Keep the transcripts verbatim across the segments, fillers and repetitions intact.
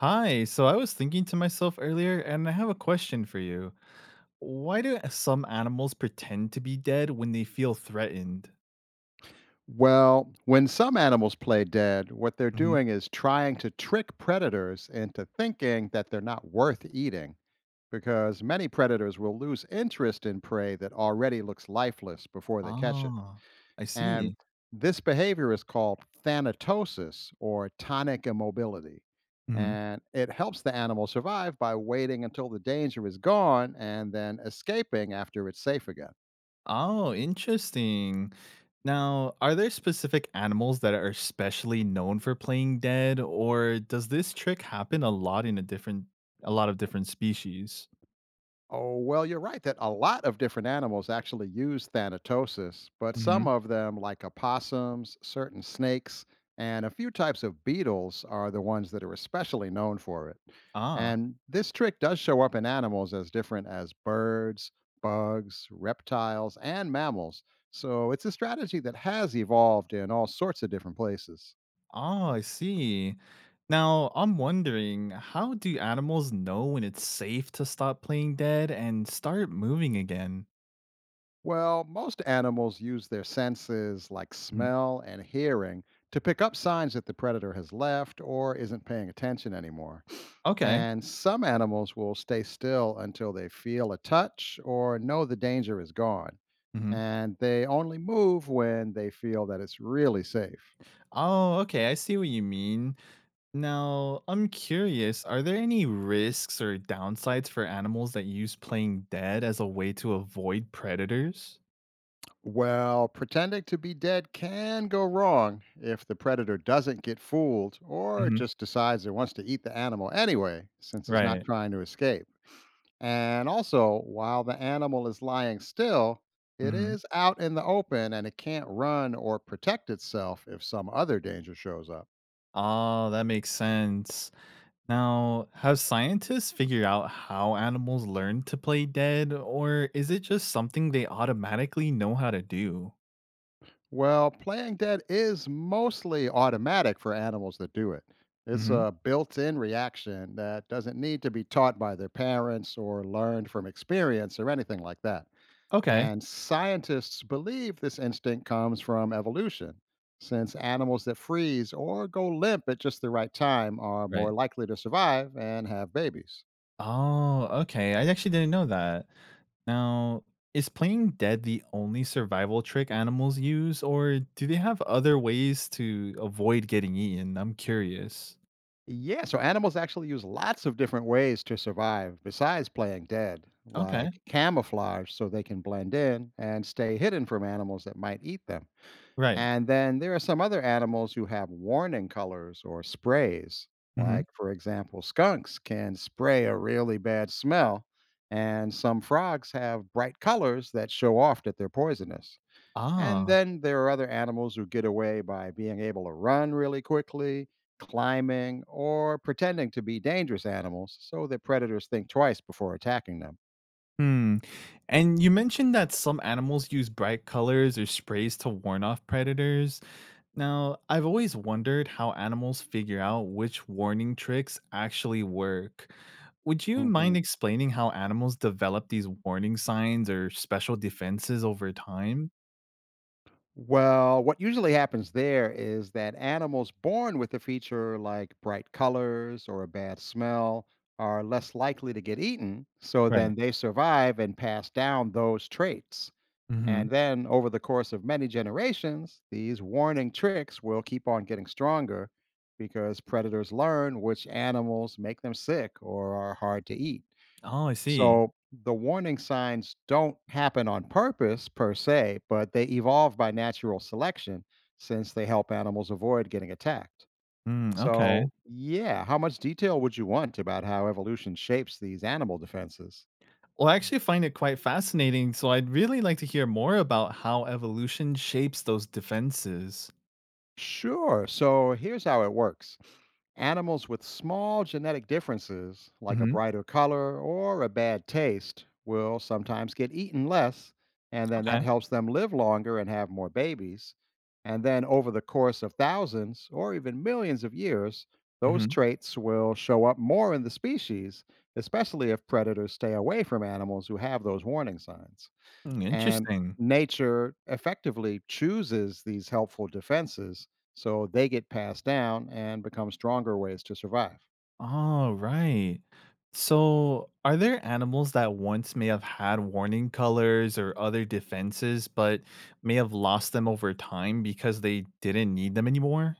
Hi, so I was thinking to myself earlier, and I have a question for you. Why do some animals pretend to be dead when they feel threatened? Well, when some animals play dead, what they're hmm doing is trying to trick predators into thinking that they're not worth eating, because many predators will lose interest in prey that already looks lifeless before they catch it. Ah, I And see. this behavior is called thanatosis or tonic immobility. hmm And it helps the animal survive by waiting until the danger is gone and then escaping after it's safe again. Oh, interesting. Now, are there specific animals that are especially known for playing dead, or does this trick happen a lot in a different, a lot of different species? Oh, well, you're right that a lot of different animals actually use thanatosis, but hmm some of them, like opossums, certain snakes, and a few types of beetles, are the ones that are especially known for it. Ah. And this trick does show up in animals as different as birds, bugs, reptiles, and mammals. So it's a strategy that has evolved in all sorts of different places. Oh, I see. Now, I'm wondering, how do animals know when it's safe to stop playing dead and start moving again? Well, most animals use their senses like Mhm. smell and hearing to pick up signs that the predator has left or isn't paying attention anymore. Okay. And some animals will stay still until they feel a touch or know the danger is gone. hmm And they only move when they feel that it's really safe. Oh, okay. I see what you mean. Now, I'm curious, are there any risks or downsides for animals that use playing dead as a way to avoid predators? Well, pretending to be dead can go wrong if the predator doesn't get fooled or hmm just decides it wants to eat the animal anyway, since it's not Right. trying to escape. And also, while the animal is lying still, it hmm is out in the open and it can't run or protect itself if some other danger shows up. Oh, that makes sense. Now, have scientists figured out how animals learn to play dead, or is it just something they automatically know how to do? Well, playing dead is mostly automatic for animals that do it. It's hmm a built in reaction that doesn't need to be taught by their parents or learned from experience or anything like that. Okay. And scientists believe this instinct comes from evolution, since animals that freeze or go limp at just the right time are Right. more likely to survive and have babies. Oh, okay. I actually didn't know that. Now, is playing dead the only survival trick animals use, or do they have other ways to avoid getting eaten? I'm curious. Yeah, so animals actually use lots of different ways to survive besides playing dead, Okay. like camouflage so they can blend in and stay hidden from animals that might eat them. Right. And then there are some other animals who have warning colors or sprays. hmm Like, for example, skunks can spray a really bad smell, and some frogs have bright colors that show off that they're poisonous. And Ah. then there are other animals who get away by being able to run really quickly, climbing, or pretending to be dangerous animals so that predators think twice before attacking them. Hmm. And you mentioned that some animals use bright colors or sprays to warn off predators. Now, I've always wondered how animals figure out which warning tricks actually work. Would you mind Mhm. explaining how animals develop these warning signs or special defenses over time? Well, what usually happens there is that animals born with a feature like bright colors or a bad smell are less likely to get eaten, so Right. then they survive and pass down those traits. Mm-hmm. And then over the course of many generations, these warning tricks will keep on getting stronger because predators learn which animals make them sick or are hard to eat. Oh, I see. So the warning signs don't happen on purpose per se, but they evolve by natural selection since they help animals avoid getting attacked. Mm, okay. So, yeah, how much detail would you want about how evolution shapes these animal defenses? Well, I actually find it quite fascinating, so I'd really like to hear more about how evolution shapes those defenses. Sure. So here's how it works: animals with small genetic differences, like a Mm-hmm. brighter color or a bad taste, will sometimes get eaten less, and then that Okay. helps them live longer and have more babies. And then over the course of thousands or even millions of years, those Mm-hmm. traits will show up more in the species, especially if predators stay away from animals who have those warning signs. Mm, And interesting. nature effectively chooses these helpful defenses so they get passed down and become stronger ways to survive. All right. So, are there animals that once may have had warning colors or other defenses, but may have lost them over time because they didn't need them anymore?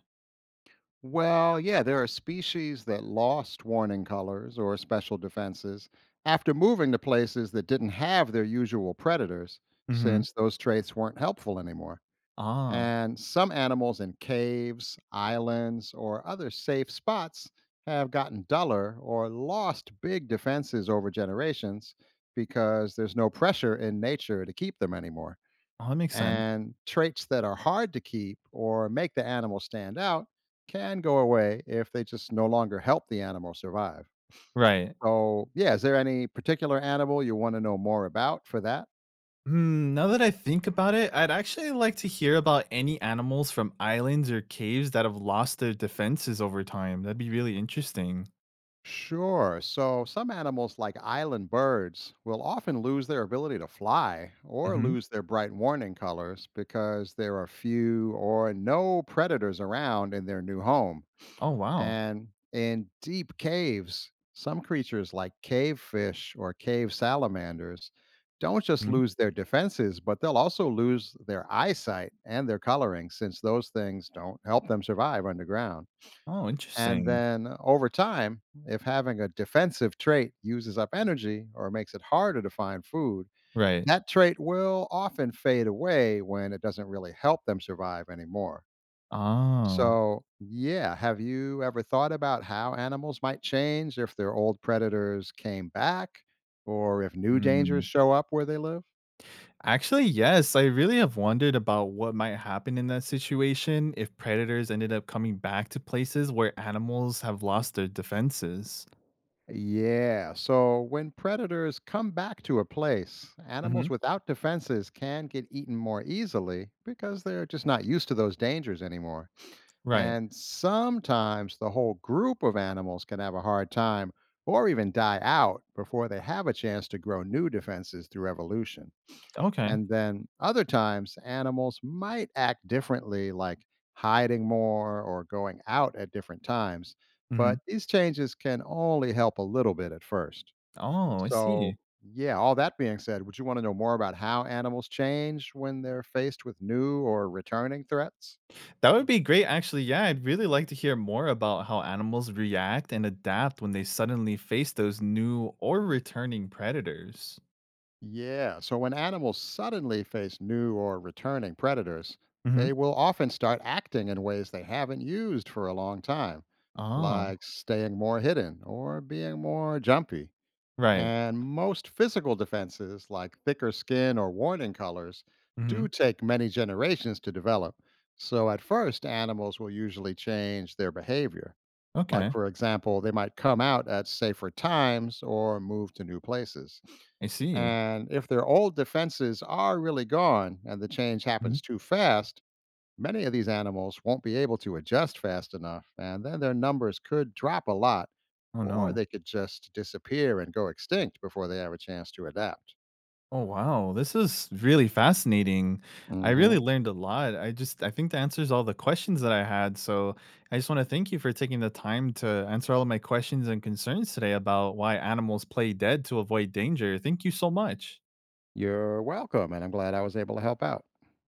Well, yeah, there are species that lost warning colors or special defenses after moving to places that didn't have their usual predators, Mm-hmm. since those traits weren't helpful anymore. Ah, And some animals in caves, islands, or other safe spots have gotten duller or lost big defenses over generations because there's no pressure in nature to keep them anymore. oh, that makes sense. And traits that are hard to keep or make the animal stand out can go away if they just no longer help the animal survive. Right. So, yeah, is there any particular animal you want to know more about for that? Hmm, now that I think about it, I'd actually like to hear about any animals from islands or caves that have lost their defenses over time. That'd be really interesting. Sure. So some animals, like island birds, will often lose their ability to fly or hmm lose their bright warning colors because there are few or no predators around in their new home. Oh, wow. And in deep caves, some creatures like cave fish or cave salamanders don't just Mhm. lose their defenses, but they'll also lose their eyesight and their coloring since those things don't help them survive underground. Oh, And interesting. then over time, if having a defensive trait uses up energy or makes it harder to find food, Right. that trait will often fade away when it doesn't really help them survive anymore. Oh, So, yeah, have you ever thought about how animals might change if their old predators came back or if new dangers mm. show up where they live? Actually, yes, I really have wondered about what might happen in that situation if predators ended up coming back to places where animals have lost their defenses. Yeah, so when predators come back to a place, animals Mhm. without defenses can get eaten more easily because they're just not used to those dangers anymore. Right. And sometimes the whole group of animals can have a hard time or even die out before they have a chance to grow new defenses through evolution. Okay. And then other times, animals might act differently, like hiding more or going out at different times. But Mhm. these changes can only help a little bit at first. Oh, I So, see. yeah, all that being said, would you want to know more about how animals change when they're faced with new or returning threats? That would be great actually. Yeah, I'd really like to hear more about how animals react and adapt when they suddenly face those new or returning predators. Yeah, so when animals suddenly face new or returning predators, Mhm. they will often start acting in ways they haven't used for a long time, Oh, like staying more hidden or being more jumpy. right. And most physical defenses, like thicker skin or warning colors, do Mhm. take many generations to develop. So at first, animals will usually change their behavior. Like, Okay. for example, they might come out at safer times or move to new places. I see. And if their old defenses are really gone and the change Mhm. happens too fast, many of these animals won't be able to adjust fast enough. And then their numbers could drop a lot, Oh, or no. they could just disappear and go extinct before they have a chance to adapt. Oh wow, this is really fascinating. I Hmm. really learned a lot. I just I think the answers all the questions that I had. So I just want to thank you for taking the time to answer all of my questions and concerns today about why animals play dead to avoid danger. Thank you so much. You're welcome. And I'm glad I was able to help out.